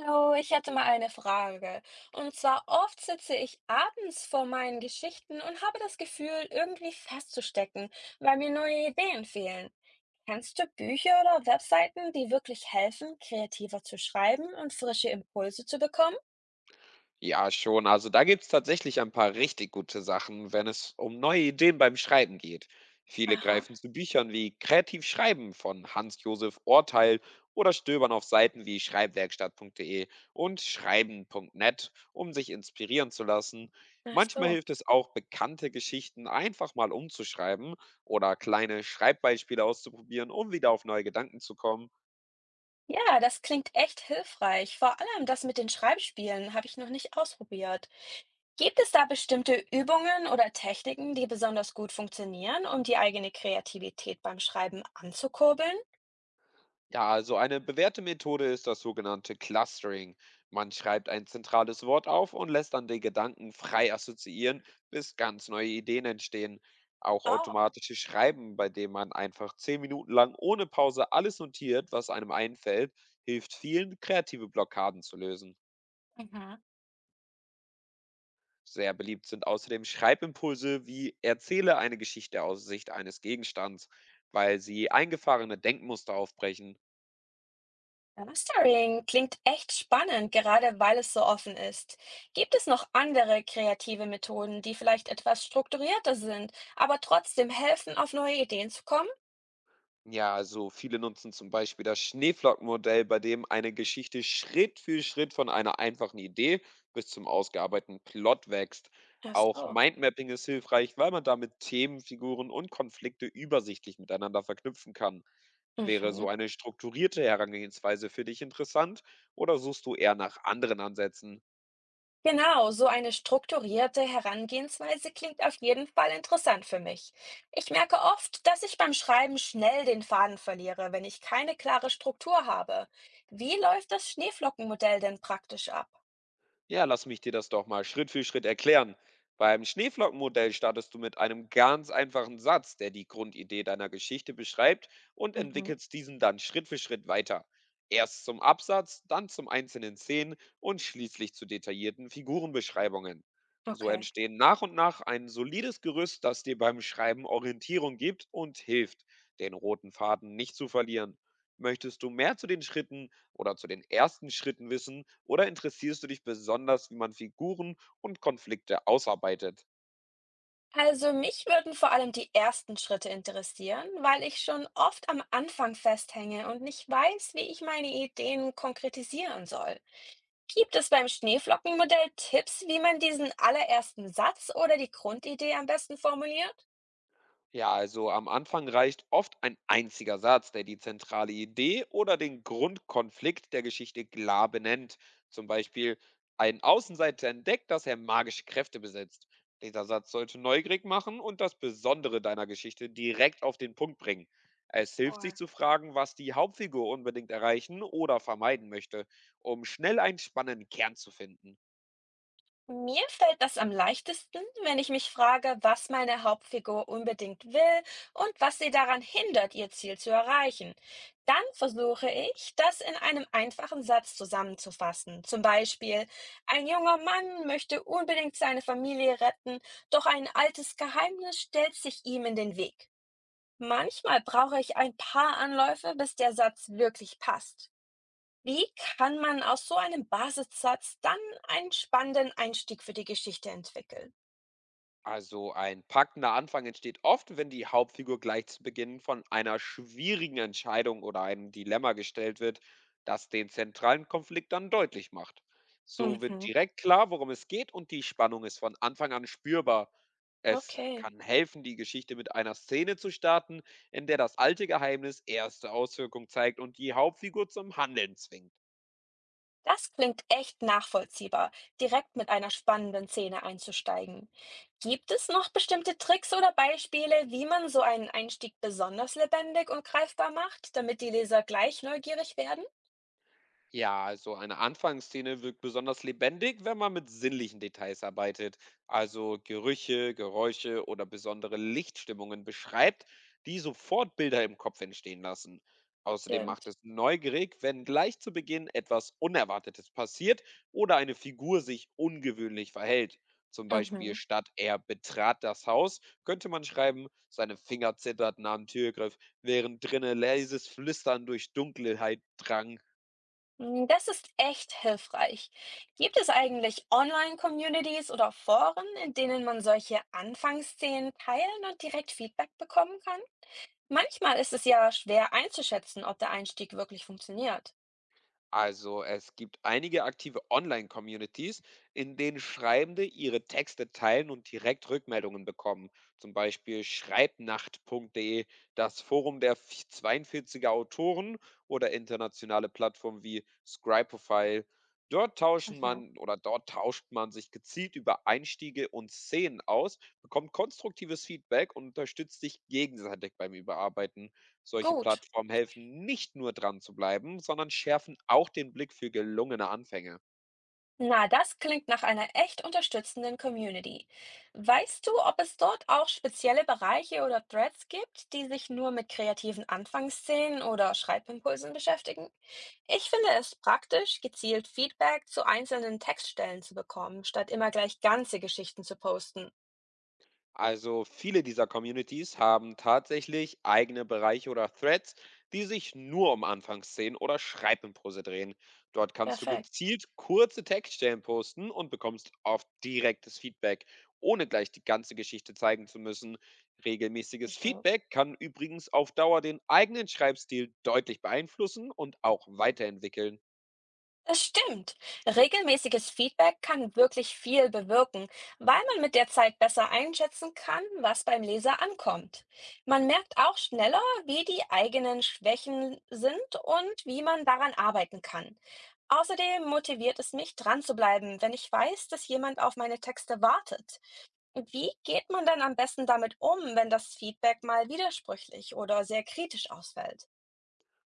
Hallo, ich hätte mal eine Frage. Und zwar oft sitze ich abends vor meinen Geschichten und habe das Gefühl, irgendwie festzustecken, weil mir neue Ideen fehlen. Kennst du Bücher oder Webseiten, die wirklich helfen, kreativer zu schreiben und frische Impulse zu bekommen? Ja, schon. Also da gibt's tatsächlich ein paar richtig gute Sachen, wenn es um neue Ideen beim Schreiben geht. Viele Aha, greifen zu Büchern wie Kreativ Schreiben von Hans-Josef Orteil oder stöbern auf Seiten wie schreibwerkstatt.de und schreiben.net, um sich inspirieren zu lassen. ach Manchmal so. hilft es auch, bekannte Geschichten einfach mal umzuschreiben oder kleine Schreibbeispiele auszuprobieren, um wieder auf neue Gedanken zu kommen. Ja, das klingt echt hilfreich. Vor allem das mit den Schreibspielen habe ich noch nicht ausprobiert. Gibt es da bestimmte Übungen oder Techniken, die besonders gut funktionieren, um die eigene Kreativität beim Schreiben anzukurbeln? Ja, also eine bewährte Methode ist das sogenannte Clustering. Man schreibt ein zentrales Wort auf und lässt dann die Gedanken frei assoziieren, bis ganz neue Ideen entstehen. Auch Oh. automatisches Schreiben, bei dem man einfach 10 Minuten lang ohne Pause alles notiert, was einem einfällt, hilft vielen, kreative Blockaden zu lösen. Mhm. Sehr beliebt sind außerdem Schreibimpulse wie Erzähle eine Geschichte aus Sicht eines Gegenstands, weil sie eingefahrene Denkmuster aufbrechen. Mastering klingt echt spannend, gerade weil es so offen ist. Gibt es noch andere kreative Methoden, die vielleicht etwas strukturierter sind, aber trotzdem helfen, auf neue Ideen zu kommen? Ja, also viele nutzen zum Beispiel das Schneeflockenmodell, bei dem eine Geschichte Schritt für Schritt von einer einfachen Idee bis zum ausgearbeiteten Plot wächst. Ach Auch so. Mindmapping ist hilfreich, weil man damit Themen, Figuren und Konflikte übersichtlich miteinander verknüpfen kann. Wäre so Mhm. eine strukturierte Herangehensweise für dich interessant oder suchst du eher nach anderen Ansätzen? Genau, so eine strukturierte Herangehensweise klingt auf jeden Fall interessant für mich. Ich merke oft, dass ich beim Schreiben schnell den Faden verliere, wenn ich keine klare Struktur habe. Wie läuft das Schneeflockenmodell denn praktisch ab? Ja, lass mich dir das doch mal Schritt für Schritt erklären. Beim Schneeflockenmodell startest du mit einem ganz einfachen Satz, der die Grundidee deiner Geschichte beschreibt und Mhm. entwickelst diesen dann Schritt für Schritt weiter. Erst zum Absatz, dann zum einzelnen Szenen und schließlich zu detaillierten Figurenbeschreibungen. So Okay. entstehen nach und nach ein solides Gerüst, das dir beim Schreiben Orientierung gibt und hilft, den roten Faden nicht zu verlieren. Möchtest du mehr zu den Schritten oder zu den ersten Schritten wissen? Oder interessierst du dich besonders, wie man Figuren und Konflikte ausarbeitet? Also mich würden vor allem die ersten Schritte interessieren, weil ich schon oft am Anfang festhänge und nicht weiß, wie ich meine Ideen konkretisieren soll. Gibt es beim Schneeflockenmodell Tipps, wie man diesen allerersten Satz oder die Grundidee am besten formuliert? Ja, also am Anfang reicht oft ein einziger Satz, der die zentrale Idee oder den Grundkonflikt der Geschichte klar benennt. Zum Beispiel, ein Außenseiter entdeckt, dass er magische Kräfte besitzt. Dieser Satz sollte neugierig machen und das Besondere deiner Geschichte direkt auf den Punkt bringen. Es hilft sich Oh. zu fragen, was die Hauptfigur unbedingt erreichen oder vermeiden möchte, um schnell einen spannenden Kern zu finden. Mir fällt das am leichtesten, wenn ich mich frage, was meine Hauptfigur unbedingt will und was sie daran hindert, ihr Ziel zu erreichen. Dann versuche ich, das in einem einfachen Satz zusammenzufassen. Zum Beispiel, ein junger Mann möchte unbedingt seine Familie retten, doch ein altes Geheimnis stellt sich ihm in den Weg. Manchmal brauche ich ein paar Anläufe, bis der Satz wirklich passt. Wie kann man aus so einem Basissatz dann einen spannenden Einstieg für die Geschichte entwickeln? Also ein packender Anfang entsteht oft, wenn die Hauptfigur gleich zu Beginn von einer schwierigen Entscheidung oder einem Dilemma gestellt wird, das den zentralen Konflikt dann deutlich macht. So wird Mhm, direkt klar, worum es geht und die Spannung ist von Anfang an spürbar. Es okay. kann helfen, die Geschichte mit einer Szene zu starten, in der das alte Geheimnis erste Auswirkung zeigt und die Hauptfigur zum Handeln zwingt. Das klingt echt nachvollziehbar, direkt mit einer spannenden Szene einzusteigen. Gibt es noch bestimmte Tricks oder Beispiele, wie man so einen Einstieg besonders lebendig und greifbar macht, damit die Leser gleich neugierig werden? Ja, also eine Anfangsszene wirkt besonders lebendig, wenn man mit sinnlichen Details arbeitet, also Gerüche, Geräusche oder besondere Lichtstimmungen beschreibt, die sofort Bilder im Kopf entstehen lassen. Außerdem macht Stimmt. es neugierig, wenn gleich zu Beginn etwas Unerwartetes passiert oder eine Figur sich ungewöhnlich verhält. Zum Beispiel Mhm. statt er betrat das Haus, könnte man schreiben, seine Finger zitterten am Türgriff, während drinnen leises Flüstern durch Dunkelheit drang. Mm, das ist echt hilfreich. Gibt es eigentlich Online-Communities oder Foren, in denen man solche Anfangsszenen teilen und direkt Feedback bekommen kann? Manchmal ist es ja schwer einzuschätzen, ob der Einstieg wirklich funktioniert. Also es gibt einige aktive Online-Communities, in denen Schreibende ihre Texte teilen und direkt Rückmeldungen bekommen. Zum Beispiel schreibnacht.de, das Forum der 42er Autoren oder internationale Plattformen wie Scribefile. Mhm. Dort tauscht man sich gezielt über Einstiege und Szenen aus, bekommt konstruktives Feedback und unterstützt sich gegenseitig beim Überarbeiten. Solche Gut. Plattformen helfen nicht nur dran zu bleiben, sondern schärfen auch den Blick für gelungene Anfänge. Na, das klingt nach einer echt unterstützenden Community. Weißt du, ob es dort auch spezielle Bereiche oder Threads gibt, die sich nur mit kreativen Anfangsszenen oder Schreibimpulsen beschäftigen? Ich finde es praktisch, gezielt Feedback zu einzelnen Textstellen zu bekommen, statt immer gleich ganze Geschichten zu posten. Also viele dieser Communities haben tatsächlich eigene Bereiche oder Threads, die sich nur um Anfangsszenen oder Schreibimprose drehen. Dort kannst du Perfekt. gezielt kurze Textstellen posten und bekommst oft direktes Feedback, ohne gleich die ganze Geschichte zeigen zu müssen. Regelmäßiges Mhm. Feedback kann übrigens auf Dauer den eigenen Schreibstil deutlich beeinflussen und auch weiterentwickeln. Das stimmt. Regelmäßiges Feedback kann wirklich viel bewirken, weil man mit der Zeit besser einschätzen kann, was beim Leser ankommt. Man merkt auch schneller, wie die eigenen Schwächen sind und wie man daran arbeiten kann. Außerdem motiviert es mich, dran zu bleiben, wenn ich weiß, dass jemand auf meine Texte wartet. Wie geht man dann am besten damit um, wenn das Feedback mal widersprüchlich oder sehr kritisch ausfällt?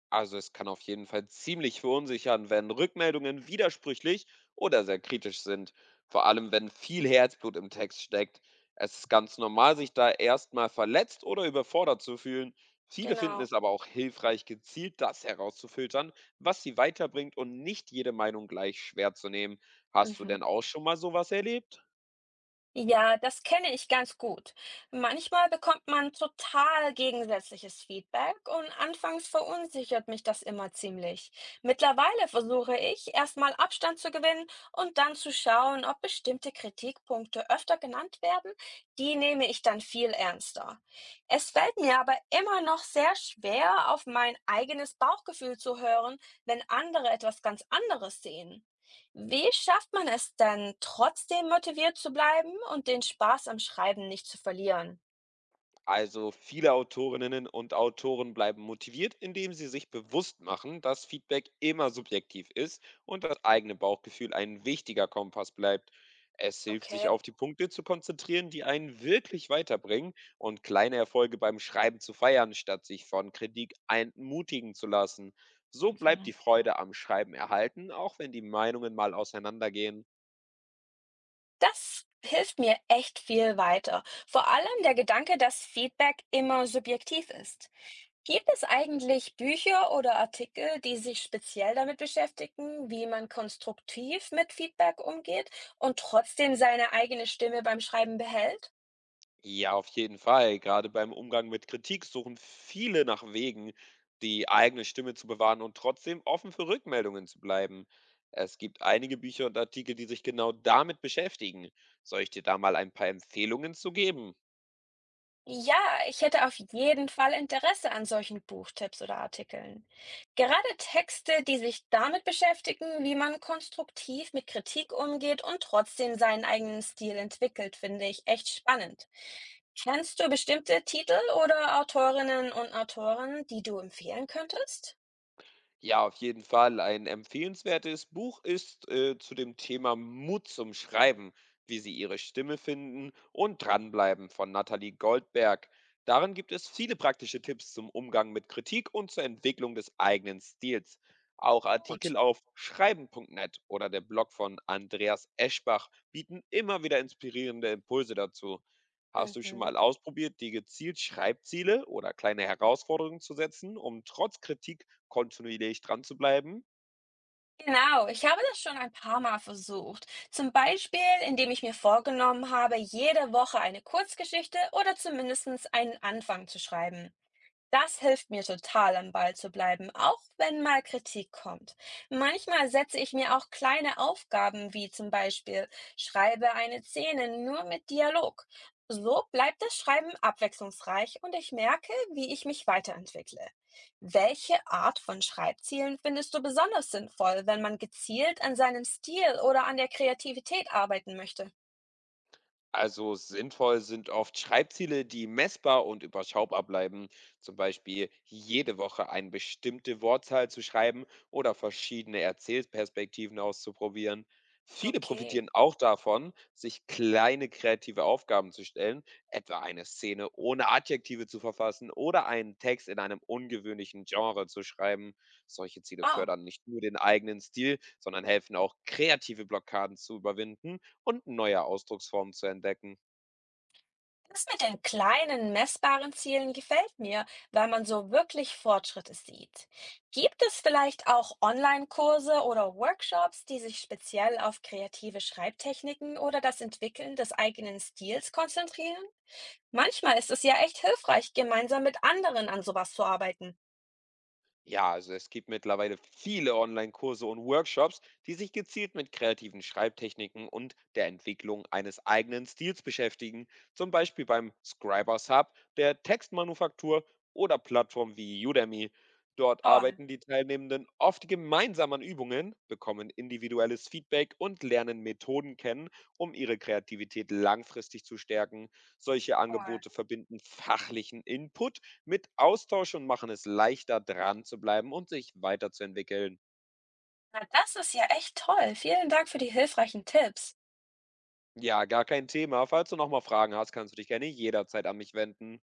Also es kann auf jeden Fall ziemlich verunsichern, wenn Rückmeldungen widersprüchlich oder sehr kritisch sind, vor allem wenn viel Herzblut im Text steckt. Es ist ganz normal, sich da erstmal verletzt oder überfordert zu fühlen. Viele finden es Genau. aber auch hilfreich, gezielt das herauszufiltern, was sie weiterbringt und nicht jede Meinung gleich schwer zu nehmen. Hast du Mhm. denn auch schon mal sowas erlebt? Ja, das kenne ich ganz gut. Manchmal bekommt man total gegensätzliches Feedback und anfangs verunsichert mich das immer ziemlich. Mittlerweile versuche ich, erstmal Abstand zu gewinnen und dann zu schauen, ob bestimmte Kritikpunkte öfter genannt werden. Die nehme ich dann viel ernster. Es fällt mir aber immer noch sehr schwer, auf mein eigenes Bauchgefühl zu hören, wenn andere etwas ganz anderes sehen. Wie schafft man es denn, trotzdem motiviert zu bleiben und den Spaß am Schreiben nicht zu verlieren? Also viele Autorinnen und Autoren bleiben motiviert, indem sie sich bewusst machen, dass Feedback immer subjektiv ist und das eigene Bauchgefühl ein wichtiger Kompass bleibt. Es hilft, sich Okay. auf die Punkte zu konzentrieren, die einen wirklich weiterbringen und kleine Erfolge beim Schreiben zu feiern, statt sich von Kritik entmutigen zu lassen. So bleibt Mhm. die Freude am Schreiben erhalten, auch wenn die Meinungen mal auseinandergehen. Das hilft mir echt viel weiter. Vor allem der Gedanke, dass Feedback immer subjektiv ist. Gibt es eigentlich Bücher oder Artikel, die sich speziell damit beschäftigen, wie man konstruktiv mit Feedback umgeht und trotzdem seine eigene Stimme beim Schreiben behält? Ja, auf jeden Fall. Gerade beim Umgang mit Kritik suchen viele nach Wegen, die eigene Stimme zu bewahren und trotzdem offen für Rückmeldungen zu bleiben. Es gibt einige Bücher und Artikel, die sich genau damit beschäftigen. Soll ich dir da mal ein paar Empfehlungen zu geben? Ja, ich hätte auf jeden Fall Interesse an solchen Buchtipps oder Artikeln. Gerade Texte, die sich damit beschäftigen, wie man konstruktiv mit Kritik umgeht und trotzdem seinen eigenen Stil entwickelt, finde ich echt spannend. Kennst du bestimmte Titel oder Autorinnen und Autoren, die du empfehlen könntest? Ja, auf jeden Fall. Ein empfehlenswertes Buch ist zu dem Thema Mut zum Schreiben, wie Sie Ihre Stimme finden und dranbleiben von Nathalie Goldberg. Darin gibt es viele praktische Tipps zum Umgang mit Kritik und zur Entwicklung des eigenen Stils. Auch Gut. Artikel auf schreiben.net oder der Blog von Andreas Eschbach bieten immer wieder inspirierende Impulse dazu. Hast du schon Mhm. mal ausprobiert, dir gezielt Schreibziele oder kleine Herausforderungen zu setzen, um trotz Kritik kontinuierlich dran zu bleiben? Genau, ich habe das schon ein paar Mal versucht. Zum Beispiel, indem ich mir vorgenommen habe, jede Woche eine Kurzgeschichte oder zumindest einen Anfang zu schreiben. Das hilft mir total, am Ball zu bleiben, auch wenn mal Kritik kommt. Manchmal setze ich mir auch kleine Aufgaben wie zum Beispiel schreibe eine Szene nur mit Dialog. So bleibt das Schreiben abwechslungsreich und ich merke, wie ich mich weiterentwickle. Welche Art von Schreibzielen findest du besonders sinnvoll, wenn man gezielt an seinem Stil oder an der Kreativität arbeiten möchte? Also sinnvoll sind oft Schreibziele, die messbar und überschaubar bleiben. Zum Beispiel jede Woche eine bestimmte Wortzahl zu schreiben oder verschiedene Erzählperspektiven auszuprobieren. Viele Okay. profitieren auch davon, sich kleine kreative Aufgaben zu stellen, etwa eine Szene ohne Adjektive zu verfassen oder einen Text in einem ungewöhnlichen Genre zu schreiben. Solche Ziele Ah, fördern nicht nur den eigenen Stil, sondern helfen auch, kreative Blockaden zu überwinden und neue Ausdrucksformen zu entdecken. das mit den kleinen, messbaren Zielen gefällt mir, weil man so wirklich Fortschritte sieht. Gibt es vielleicht auch Online-Kurse oder Workshops, die sich speziell auf kreative Schreibtechniken oder das Entwickeln des eigenen Stils konzentrieren? Manchmal ist es ja echt hilfreich, gemeinsam mit anderen an sowas zu arbeiten. Ja, also es gibt mittlerweile viele Online-Kurse und Workshops, die sich gezielt mit kreativen Schreibtechniken und der Entwicklung eines eigenen Stils beschäftigen, zum Beispiel beim Scribers Hub, der Textmanufaktur oder Plattformen wie Udemy. Dort Toll, arbeiten die Teilnehmenden oft gemeinsam an Übungen, bekommen individuelles Feedback und lernen Methoden kennen, um ihre Kreativität langfristig zu stärken. Solche cool. Angebote verbinden fachlichen Input mit Austausch und machen es leichter, dran zu bleiben und sich weiterzuentwickeln. Na, das ist ja echt toll. Vielen Dank für die hilfreichen Tipps. Ja, gar kein Thema. Falls du nochmal Fragen hast, kannst du dich gerne jederzeit an mich wenden.